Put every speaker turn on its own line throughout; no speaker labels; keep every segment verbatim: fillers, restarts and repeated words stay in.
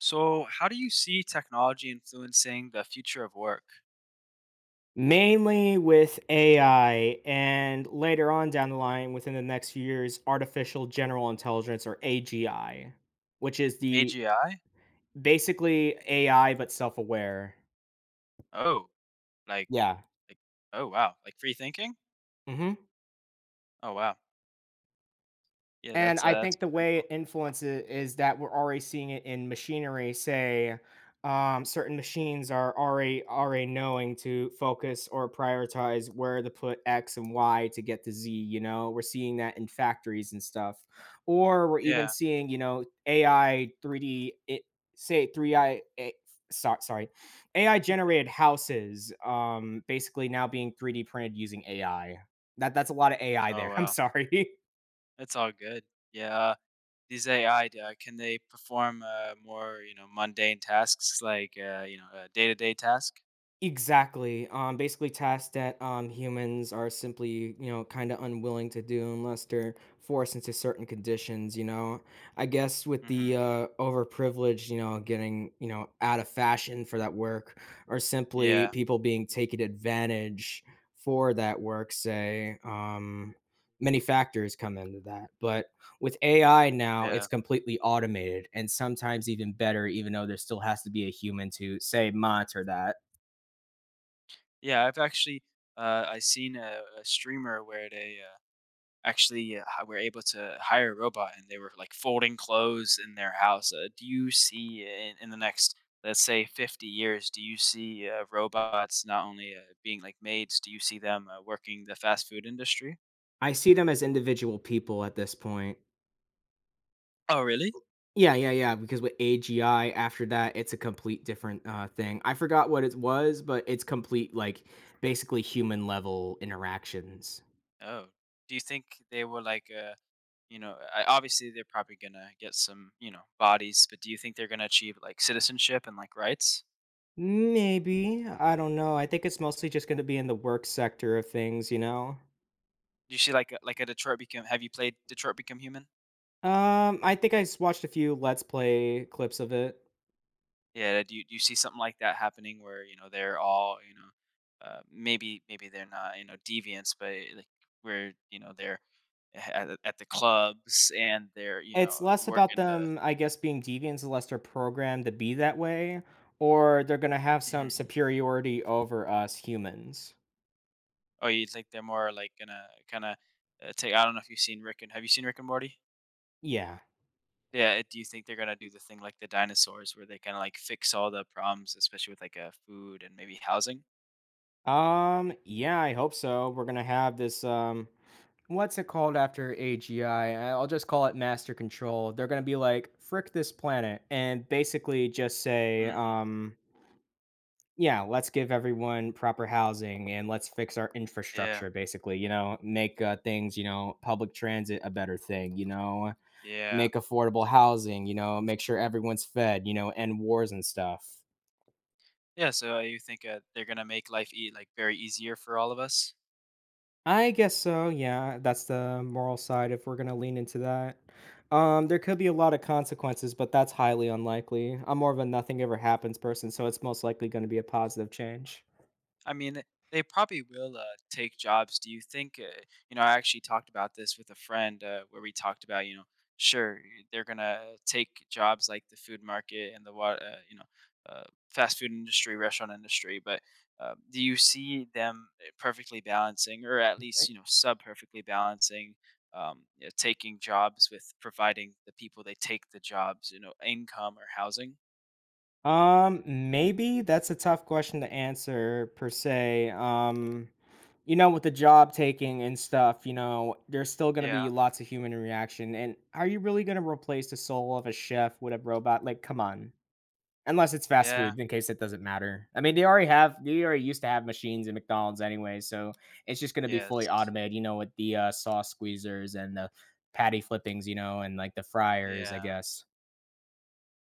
So, how do you see technology influencing the future of work?
Mainly with A I and later on down the line within the next few years, artificial general intelligence or A G I, which is the
A G I?
basically A I but self-aware.
Oh, like,
Yeah.
like, oh wow, like free thinking?
Mhm.
Oh wow, yeah,
And
that's
I
uh, that's
think the
pretty
way
cool.
it influences is that we're already seeing it in machinery. Say, um, certain machines are already already knowing to focus or prioritize where to put X and Y to get to Z. You know, we're seeing that in factories and stuff, or we're even
Yeah,
seeing you know A I three D it, say three I. A- so- Sorry, A I
you're good.
generated houses, um, basically now being three D printed using A I. That that's a lot of A I
Oh
there. I'm
wow,
sorry.
that's all good. Yeah, uh, these A I uh, can they perform uh, more you know mundane tasks like uh, you know a day to day task?
Exactly. Um, basically, tasks that um, humans are simply, you know, kind of unwilling to do unless they're forced into certain conditions. You know, I guess with
Mm-hmm.
the uh, overprivileged, you know, getting, you know, out of fashion for that work, or simply
Yeah,
people being taken advantage for that work. Say, um, many factors come into that. But with A I now,
yeah,
it's completely automated, and sometimes even better, even though there still has to be a human to say monitor that.
yeah, I've actually uh, I seen a, a streamer where they uh, actually uh, h- were able to hire a robot, and they were like folding clothes in their house. Uh, do you see in, in the next, let's say, fifty years, do you see uh, robots not only uh, being like maids, do you see them uh, working the fast food industry?
I see them as individual people at this point.
Oh, really?
Yeah, yeah, yeah, because with A G I after that, it's a complete different uh thing. I forgot what it was, but it's complete like basically human level interactions.
Oh, do you think they were like, uh, you know, I, obviously they're probably gonna get some, you know, bodies, but do you think they're gonna achieve like citizenship and like rights?
Maybe. I don't know. I think it's mostly just going to be in the work sector of things, you know?
Do you see like a- like a Detroit become? Have you played Detroit Become Human?
Um, I think I s- watched a few Let's Play clips of it.
Yeah, do you do you see something like that happening where, you know, they're all, you know, uh, maybe maybe they're not, you know, deviants, but eh, like where, you know, they're at, the- at the clubs, and they're, you know,
It's less about
working the.
them, I guess, being deviants unless they're programmed to be that way, or they're going to have some
Mhm.
superiority over us humans.
Oh, you think they're more like gonna kind of uh, take, I don't know if you've seen Rick and have you seen Rick and Morty?
Yeah.
Yeah, eh, do you think they're gonna do the thing like the dinosaurs where they kind of like fix all the problems, especially with like uh, food and maybe housing?
Um, yeah, I hope so. We're gonna have this um what's it called after A G I? I- will just call it master control. They're gonna be like, frick this planet, and basically just say,
Hmm.
um, yeah, let's give everyone proper housing and let's fix our
Yeah,
infrastructure, basically, you know, make uh, things, you know, public transit a better thing, you know,
yeah.
make affordable housing, you know, make sure everyone's fed, you know, end wars and stuff.
Yeah, so, uh, you think, uh, they're gonna make life ea like, very easier for all of us?
I guess so. Yeah, that's the moral side if we're gonna lean into that. Um, there could be a lot of consequences, but that's highly unlikely. I'm more of a nothing ever happens person, so it's most likely going to be a positive change.
I mean, they probably will, uh, take jobs. Do you think, uh, you know, I actually talked about this with a friend, uh, where we talked about, you know, sure, they're gonna take jobs like the food market and the wa uh, you know, uh, fast food industry, restaurant industry, but, um, do you see them, eh, perfectly balancing or at least,
Right?
you know, sub-perfectly balancing, um, you know, taking jobs with providing the people they take the jobs, you know, income or housing?
Um, Maybe that's a tough question to answer per se. Um, you know, with the job taking and stuff, you know, there's still going to
Yeah,
be lots of human reaction. And are you really going to replace the soul of a chef with a robot? Like, come on. Unless it's fast
yeah,
food, in case it doesn't matter. I mean, they already have, they already used to have machines in McDonald's anyway, so it's just going to be fully
yes,
automated, you know, with the uh, sauce squeezers and the patty flippings, you know, and like the fryers, I
yeah,
guess.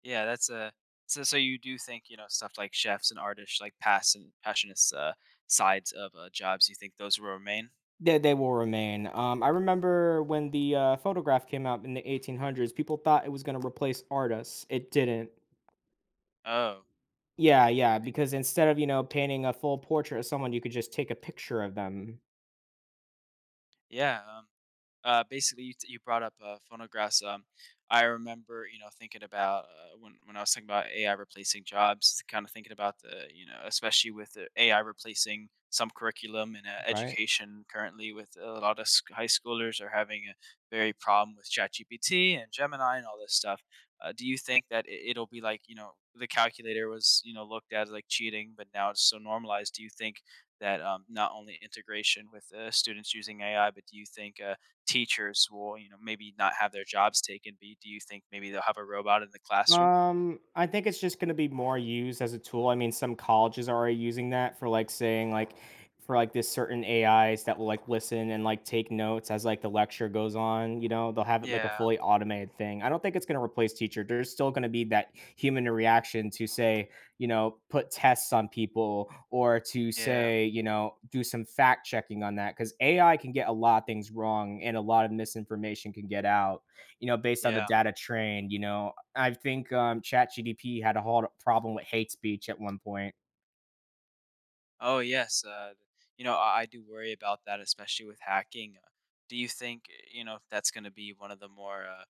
yeah, that's a so so you do think, you know, stuff like chefs and artists, like passion passionist, uh, sides of, uh, jobs, you think those will remain?
They, they will remain. Um, I remember when the uh, photograph came out in the eighteen hundreds, people thought it was going to replace artists. It didn't.
Oh,
Yeah,
I
yeah,
mean,
because instead of, you know, painting a full portrait of someone, you could just take a picture of them,
yeah, um, uh, basically you, t- you brought up uh, phonographs. Um, I remember, you know, thinking about uh, when when I was thinking about A I replacing jobs, kind of thinking about the, you know, especially with the A I replacing some curriculum in uh,
right?
education currently, with a lot of sc- high schoolers are having a very problem with ChatGPT and Gemini and all this stuff. Uh, do you think that it, it'll be like, you know, the calculator was, you know, looked at as like cheating, but now it's so normalized? Do you think that um, not only integration with uh, students using A I, but do you think uh, teachers will, you know, maybe not have their jobs taken, but do you think maybe they'll have a robot in the classroom?
Um, I think it's just gonna be more used as a tool. I mean, some colleges are already using that for like saying like for like this certain A Is that will like listen and like take notes as like the lecture goes on, you know, they'll have it like a
Yeah,
fully automated thing. I don't think it's gonna replace teacher. There's still gonna be that human reaction to say, you know, put tests on people or to
yeah,
say, you know, do some fact checking on that. Cause A I can get a lot of things wrong and a lot of misinformation can get out, you know, based on the
yeah.
data trained, you know, I think um, chat G D P had a whole problem with hate speech at one point.
Oh, yes. Uh, you know, I, I do worry about that, especially with hacking. Uh, do you think uh, you know, that's going to be one of the more uh,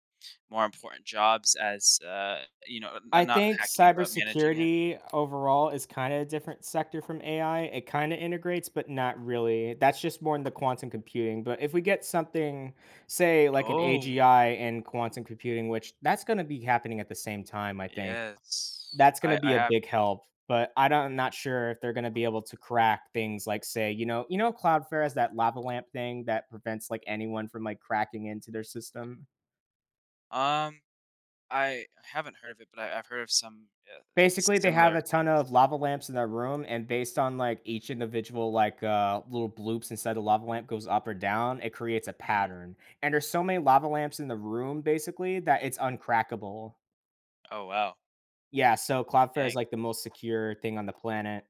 more important jobs as uh, you know, n-
I
not
think
hacking, but managing it?
cybersecurity overall is kind of a different sector from A I. It kind of integrates, but not really. That's just more in the quantum computing. But if we get something, say, like an
Oh,
A G I and quantum computing, which that's going to be happening at the same time, I think.
yes.
That's gonna
I I
be a
haven't
big
even.
help, but I don't I'm not sure if they're gonna be able to crack things like, say, you know you know Cloudflare has that lava lamp thing that prevents, like, anyone from, like, cracking into their system?
Um, I haven't heard of it, but I, I've heard of some uh,
Basically, they have
similar
a ton of
things.
lava lamps in their room, and based on, like, each individual, like, uh, little bloops inside the lava lamp goes up or down, it creates a
Hmm.
pattern, and there's so many lava lamps in the room, basically, that it's uncrackable.
Oh wow,
Yeah, so Cloudflare is,
dang.
like, the most secure thing on the planet,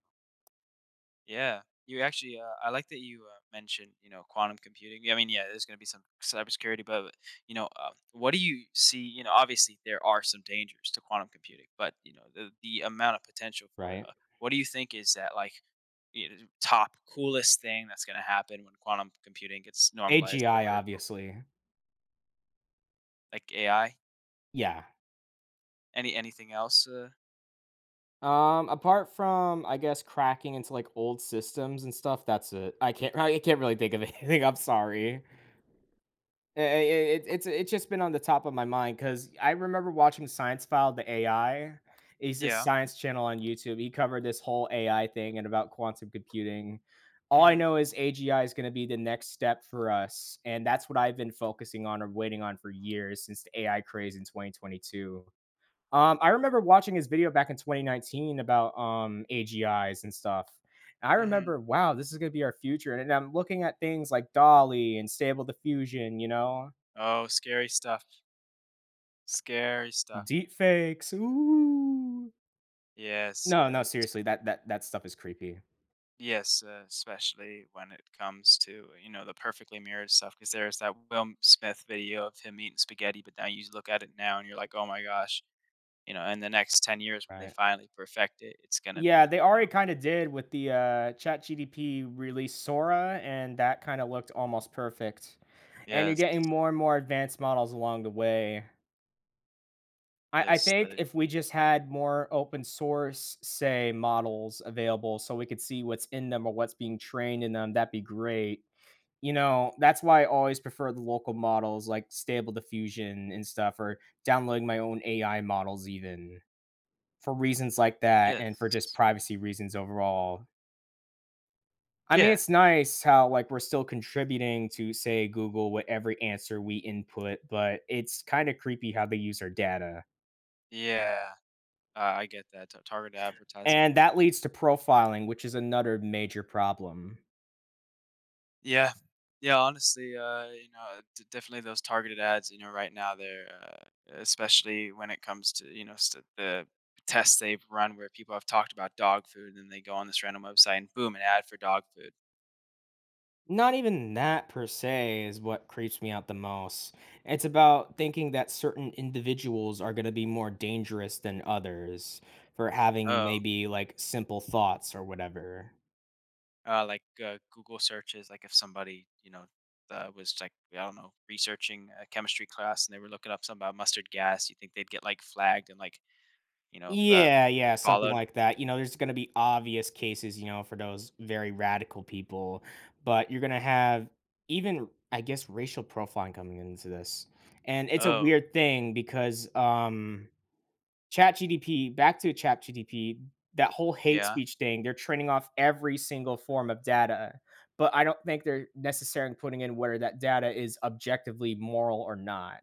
Yeah, you actually. Uh, I like that you uh, mentioned, you know, quantum computing. I mean, yeah, there's going to be some cybersecurity, but you know, uh, what do you see? You know, obviously there are some dangers to quantum computing, but you know, the the amount of potential for it.
right?
Uh, what do you think is that like, you know, top coolest thing that's going to happen when quantum computing gets normalized
A G I,
over
obviously.
like A I?
Yeah.
Any anything else? Uh,
Um, apart from, I guess, cracking into, like, old systems and stuff, that's it. I can't I can't really think of anything, I'm sorry. I I it it's it's it's just been on the top of my mind because I remember watching Science File, the A I. He's this
yeah.
science channel on YouTube. He covered this whole A I thing and about quantum computing. All I
Mm-hmm.
know is A G I is gonna be the next step for us, and that's what I've been focusing on or waiting on for years since the A I craze in twenty twenty-two. Um, I remember watching his video back in twenty nineteen about um, A G Is and stuff. And I
Mm-hmm.
remember, wow, this is going to be our future. And I'm looking at things like Dolly and Stable Diffusion, you know,
Oh, scary stuff. Scary stuff.
deep fakes. Ooh.
Yes.
No,
Uh,
no, seriously, that that that stuff is creepy,
yes, uh, especially when it comes to, you know, the perfectly mirrored stuff. Because there's that Will Smith video of him eating spaghetti, but now you look at it now and you're like, "Oh my gosh," you know, in the next ten years when they
right?
finally perfect it, it's gonna
Yeah,
be,
they
you know.
already kind of did with the uh, Chat G D P release Sora, and that kind of looked almost perfect. And you're
Yes,
getting more and more advanced models along the way. I, I
yes,
think
the.
if we just had more open source, say, models available so we could see what's in them or what's being trained in them, that'd be great. You know, that's why I always prefer the local models like Stable Diffusion and stuff, or downloading my own A I models, even for reasons like that and for just
Yes.
privacy reasons overall. I mean,
Yeah,
it's nice how, like, we're still contributing to, say, Google with every answer we input, but it's kind of creepy how they use our data.
yeah, uh, I get that, ta targeted advertising.
And that leads to profiling, which is another major problem.
Yeah. Yeah, honestly, uh, you know, d definitely those targeted ads, you know, right now they're, uh, especially when it comes to, you know, st the tests they've run where people have talked about dog food, and then they go on this random website and boom, an ad for dog food.
Not even that per se is what creeps me out the most. It's about thinking that certain individuals are going to be more dangerous than others for having
Oh,
maybe like simple thoughts or whatever.
uh, like, uh, Google searches, like, if somebody, you know, uh, was, like, I don't know, researching a chemistry class and they were looking up something about mustard gas, you think they'd get, like, flagged and, like, you know, uh,
Yeah, yeah, something
followed?
like that. You know, there's going to be obvious cases, you know, for those very radical people, but you're going to have even, I guess, racial profiling coming into this. And it's a
Oh,
weird thing because, um, chat G D P, back to chat G D P, that whole hate
yeah.
speech thing, they're training off every single form of data, but I don't think they're necessarily putting in whether that data is objectively moral or not.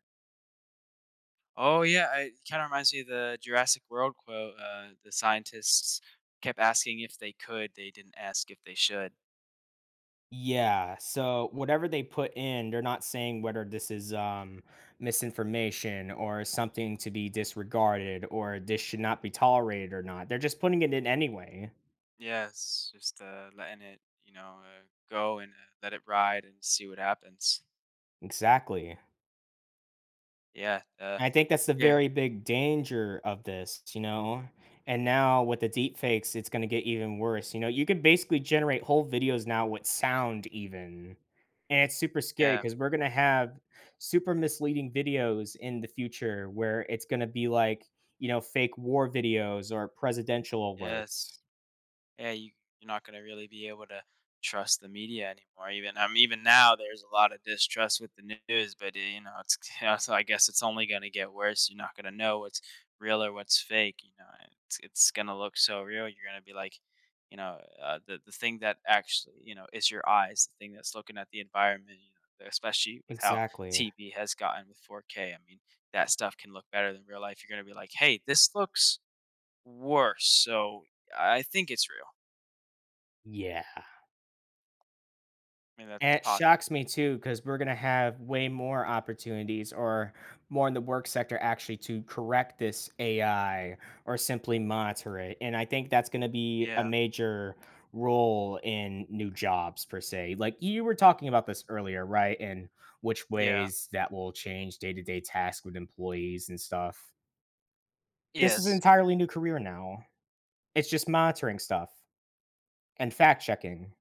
Oh yeah, I- it kind of reminds me of the Jurassic World quote. Uh, the scientists kept asking if they could, they didn't ask if they should.
Yeah, so whatever they put in, they're not saying whether this is, um, misinformation or something to be disregarded or this should not be tolerated or not. They're just putting it in anyway.
Yeah, it's just uh, letting it, you know, uh, go and uh, let it ride and see what happens.
Exactly.
Yeah, uh,
I think that's the
yeah,
very big danger of this, you know? And now with the deep fakes, it's gonna get even worse, you know? You can basically generate whole videos now with sound even, and it's super scary
yeah,
because we 'cause we're gonna have super misleading videos in the future where it's gonna be like, you know, fake war videos or presidential
yes.
alerts.
Yeah, you, you're not going to really be able to trust the media anymore. Even I mean, even now, there's a lot of distrust with the news, but eh, you know, it's you know, so I guess it's only going to get worse. You're not going to know what's real or what's fake. You know, and it's it's going to look so real. You're going to be like, you know, uh, the the thing that actually you know is your eyes, the thing that's looking at the environment. You know, especially with how
Exactly.
T V has gotten with four K. I mean, that stuff can look better than real life. You're going to be like, hey, this looks worse. So I think it's real.
Yeah.
I mean, that's
And it
possible.
shocks me too, because we 'cause we're gonna have way more opportunities or more in the work sector actually to correct this A I or simply monitor it, and I think that's gonna be a
Yeah.
major role in new jobs per se. Like, you were talking about this earlier, right, and which
Yeah.
ways that will change day-to-day tasks with employees and stuff. This is an
Yes.
entirely new career now. It's just monitoring stuff and fact checking.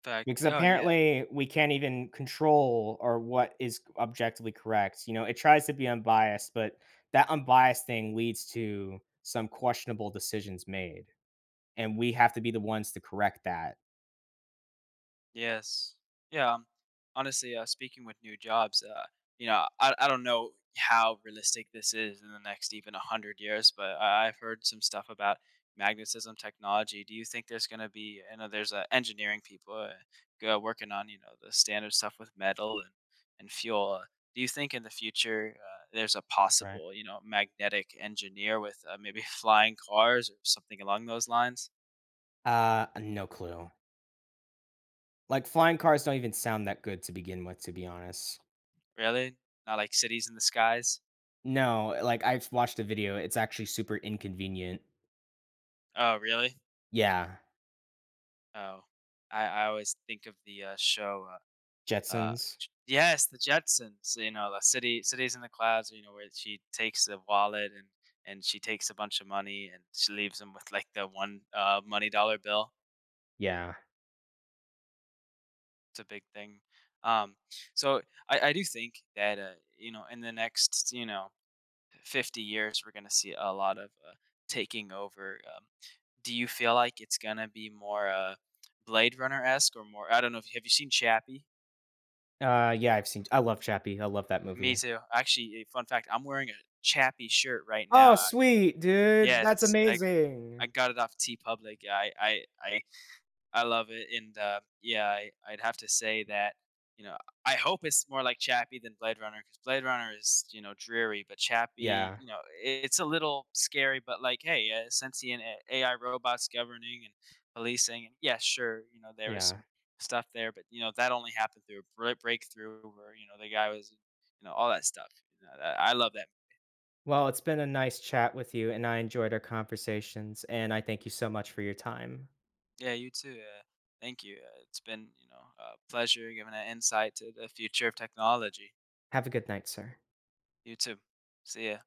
In fact,
Because
oh, yeah.
apparently we can't even control or what is objectively correct. You know, it tries to be unbiased, but that unbiased thing leads to some questionable decisions made, and we have to be the ones to correct that.
Yes. Yeah, um, honestly, uh, speaking with new jobs, uh, you know, I I don't know how realistic this is in the next even one hundred years, but I I've heard some stuff about magnetism technology. Do you think there's gonna be I know there's, uh, engineering people, uh, go working on, you know, the standard stuff with metal and and fuel, uh, do you think in the future, uh, there's a
Right.
possible, you know, magnetic engineer with, uh, maybe flying cars or something along those lines?
Uh, no clue. Like flying cars don't even sound that good to begin with, to be honest.
Really? Not like cities in the skies?
No, like I've watched a video. It's actually super inconvenient.
Oh, really?
Yeah,
Oh, I I always think of the, uh, show, uh, uh,
Jetsons.
J yes, The Jetsons, you know, the City Cities in the Clouds, you know, where she takes the wallet and and she takes a bunch of money and she leaves them with, like, the one, uh, money dollar bill.
Yeah.
It's a big thing. Um, so I I do think that, uh, you know, in the next, you know, fifty years, we're gonna see a lot of, uh, taking over. Um, do you feel like it's gonna be more, uh, Blade Runner-esque or more I don't know if have you seen Chappie?
Uh, yeah, I've seen. I love Chappie. I love that
Me
movie.
too. Actually, a fun fact, I'm wearing a Chappie shirt right now.
Oh, sweet, dude. That's
Yes, I I
amazing.
got it off T Public. I I I I love it, and, uh, yeah, I I'd have to say that, you know, I hope it's more like Chappie than Blade Runner because Blade Runner is, you know, dreary, but Chappie,
Yeah,
you know, i- it's a little scary, but, like, hey, uh, sentient A AI robots governing and policing, and, yeah, sure, you know, there was
yeah.
some stuff there, but, you know, that only happened through a bre breakthrough where, you know, the guy was you know, all that stuff, you know, that I love that.
Well, it's been a nice chat with you, and I enjoyed our conversations, and I thank you so much for your time.
Yeah, you too, uh, thank you, uh, it's been, you know, a pleasure giving an insight to the future of technology.
Have a good night, sir.
You too. See ya.